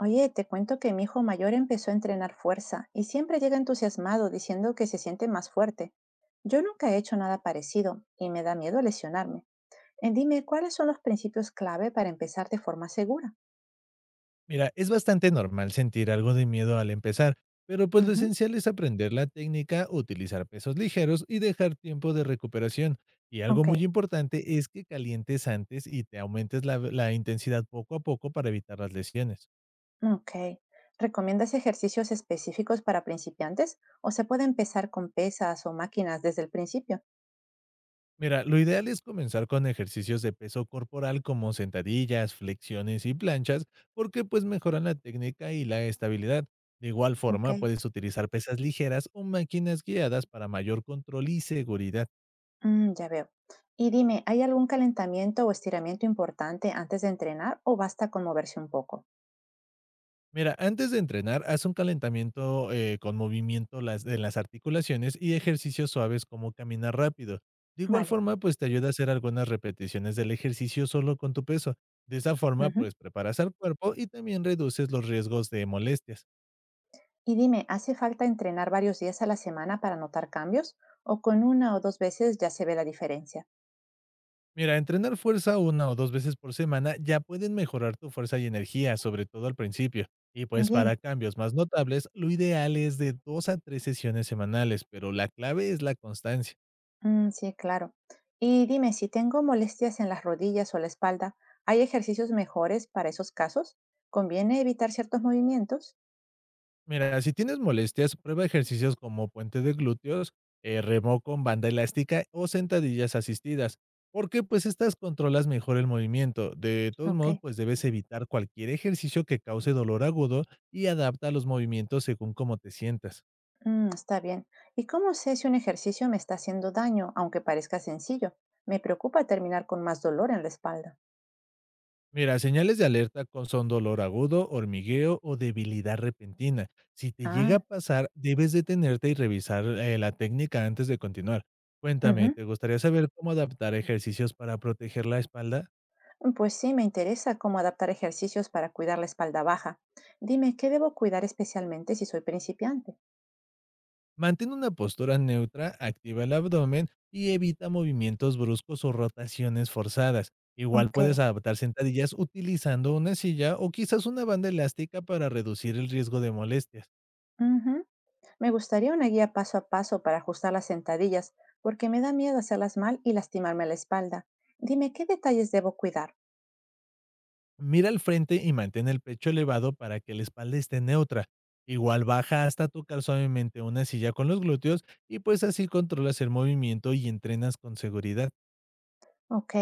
Oye, te cuento que mi hijo mayor empezó a entrenar fuerza y siempre llega entusiasmado diciendo que se siente más fuerte. Yo nunca he hecho nada parecido y me da miedo lesionarme. Dime, ¿cuáles son los principios clave para empezar de forma segura? Mira, es bastante normal sentir algo de miedo al empezar, pero pues lo Ujú. esencial es aprender la técnica, utilizar pesos ligeros y dejar tiempo de recuperación. Y algo Ok, muy importante es que calientes antes y te aumentes la intensidad poco a poco para evitar las lesiones. ok. ¿Recomiendas ejercicios específicos para principiantes o se puede empezar con pesas o máquinas desde el principio? Mira, lo ideal es comenzar con ejercicios de peso corporal como sentadillas, flexiones y planchas, porque pues mejoran la técnica y la estabilidad. De igual Ok, forma, puedes utilizar pesas ligeras o máquinas guiadas para mayor control y seguridad. Ya veo. Y dime, ¿hay algún calentamiento o estiramiento importante antes de entrenar o basta con moverse un poco? Mira, antes de entrenar, haz un calentamiento con movimiento de las articulaciones y ejercicios suaves como caminar rápido. De igual Vale. forma, pues te ayuda a hacer algunas repeticiones del ejercicio solo con tu peso. De esa forma, Ujú. pues preparas al cuerpo y también reduces los riesgos de molestias. Y dime, ¿hace falta entrenar varios días a la semana para notar cambios? ¿O con una o dos veces ya se ve la diferencia? Mira, entrenar fuerza una o dos veces por semana ya pueden mejorar tu fuerza y energía, sobre todo al principio. Y pues para Bien, cambios más notables, lo ideal es de dos a tres sesiones semanales, pero la clave es la constancia. mm, sí, claro. Y dime, si tengo molestias en las rodillas o la espalda, ¿hay ejercicios mejores para esos casos? ¿Conviene evitar ciertos movimientos? Mira, si tienes molestias, prueba ejercicios como puente de glúteos, remo con banda elástica o sentadillas asistidas, porque pues estas controlas mejor el movimiento. De todos Ok, modos, pues debes evitar cualquier ejercicio que cause dolor agudo y adapta los movimientos según cómo te sientas. mm, está bien. ¿Y cómo sé si un ejercicio me está haciendo daño, aunque parezca sencillo? Me preocupa terminar con más dolor en la espalda. Mira, señales de alerta son dolor agudo, hormigueo o debilidad repentina. Si te llega a Ah, pasar, debes detenerte y revisar la técnica antes de continuar. Cuéntame, ujú. ¿te gustaría saber cómo adaptar ejercicios para proteger la espalda? Pues sí, me interesa cómo adaptar ejercicios para cuidar la espalda baja. Dime, ¿qué debo cuidar especialmente si soy principiante? Mantén una postura neutra, activa el abdomen y evita movimientos bruscos o rotaciones forzadas. Igual Ok. puedes adaptar sentadillas utilizando una silla o quizás una banda elástica para reducir el riesgo de molestias. Ujú. Me gustaría una guía paso a paso para ajustar las sentadillas, porque me da miedo hacerlas mal y lastimarme la espalda. Dime, ¿qué detalles debo cuidar? Mira al frente y mantén el pecho elevado para que la espalda esté neutra. Igual baja hasta tocar suavemente una silla con los glúteos y pues así controlas el movimiento y entrenas con seguridad. Ok.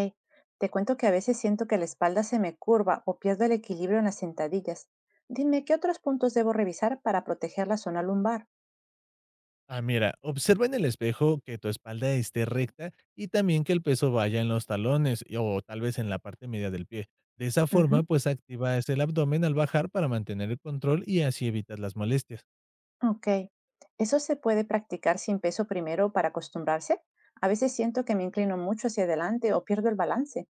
Te cuento que a veces siento que la espalda se me curva o pierdo el equilibrio en las sentadillas. Dime, ¿qué otros puntos debo revisar para proteger la zona lumbar? Ah, mira, observa en el espejo que tu espalda esté recta y también que el peso vaya en los talones o tal vez en la parte media del pie. De esa forma, Ujú. pues activas el abdomen al bajar para mantener el control y así evitas las molestias. Ok. ¿Eso se puede practicar sin peso primero para acostumbrarse? A veces siento que me inclino mucho hacia adelante o pierdo el balance.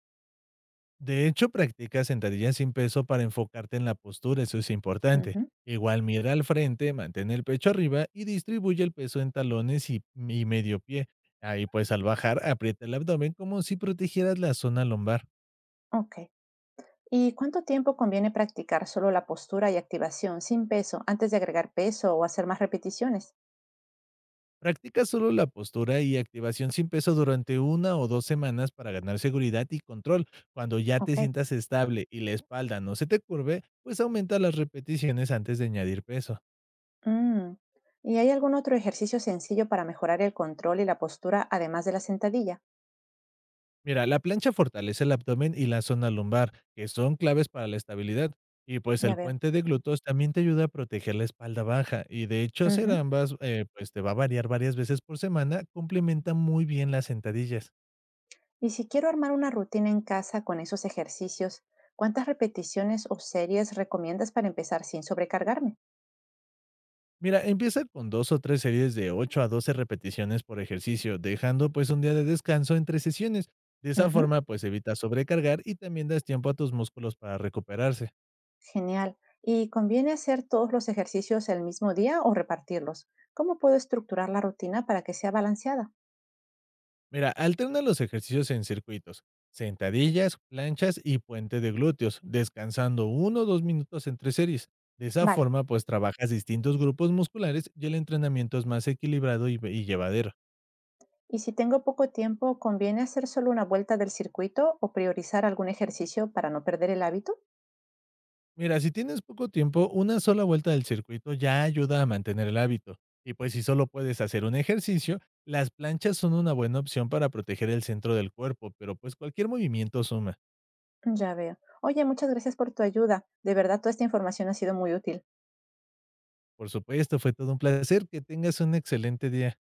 De hecho, practica sentadillas sin peso para enfocarte en la postura, eso es importante. Ujú. Igual mira al frente, mantén el pecho arriba y distribuye el peso en talones y medio pie. Ahí pues al bajar aprieta el abdomen como si protegieras la zona lumbar. Ok. ¿Y cuánto tiempo conviene practicar solo la postura y activación sin peso antes de agregar peso o hacer más repeticiones? Practica solo la postura y activación sin peso durante 1 o 2 semanas para ganar seguridad y control. Cuando ya te Ok. sientas estable y la espalda no se te curve, pues aumenta las repeticiones antes de añadir peso. Mm. ¿Y hay algún otro ejercicio sencillo para mejorar el control y la postura además de la sentadilla? Mira, la plancha fortalece el abdomen y la zona lumbar, que son claves para la estabilidad. Y pues el Ya veo. puente de glúteos también te ayuda a proteger la espalda baja. Y de hecho hacer Ujú. ambas, pues te va a variar varias veces por semana, complementa muy bien las sentadillas. Y si quiero armar una rutina en casa con esos ejercicios, ¿cuántas repeticiones o series recomiendas para empezar sin sobrecargarme? Mira, empieza con dos o tres series de 8 a 12 repeticiones por ejercicio, dejando pues un día de descanso entre sesiones. De esa Ujú. forma pues evitas sobrecargar y también das tiempo a tus músculos para recuperarse. Genial. ¿Y conviene hacer todos los ejercicios el mismo día o repartirlos? ¿Cómo puedo estructurar la rutina para que sea balanceada? Mira, alterna los ejercicios en circuitos, sentadillas, planchas y puente de glúteos, descansando 1 o 2 minutos entre series. De esa Vale. forma, pues trabajas distintos grupos musculares y el entrenamiento es más equilibrado y llevadero. Y si tengo poco tiempo, ¿conviene hacer solo una vuelta del circuito o priorizar algún ejercicio para no perder el hábito? Mira, si tienes poco tiempo, una sola vuelta del circuito ya ayuda a mantener el hábito. Y pues si solo puedes hacer un ejercicio, las planchas son una buena opción para proteger el centro del cuerpo, pero pues cualquier movimiento suma. Ya veo. Oye, muchas gracias por tu ayuda. De verdad, toda esta información ha sido muy útil. Por supuesto, fue todo un placer. Que tengas un excelente día.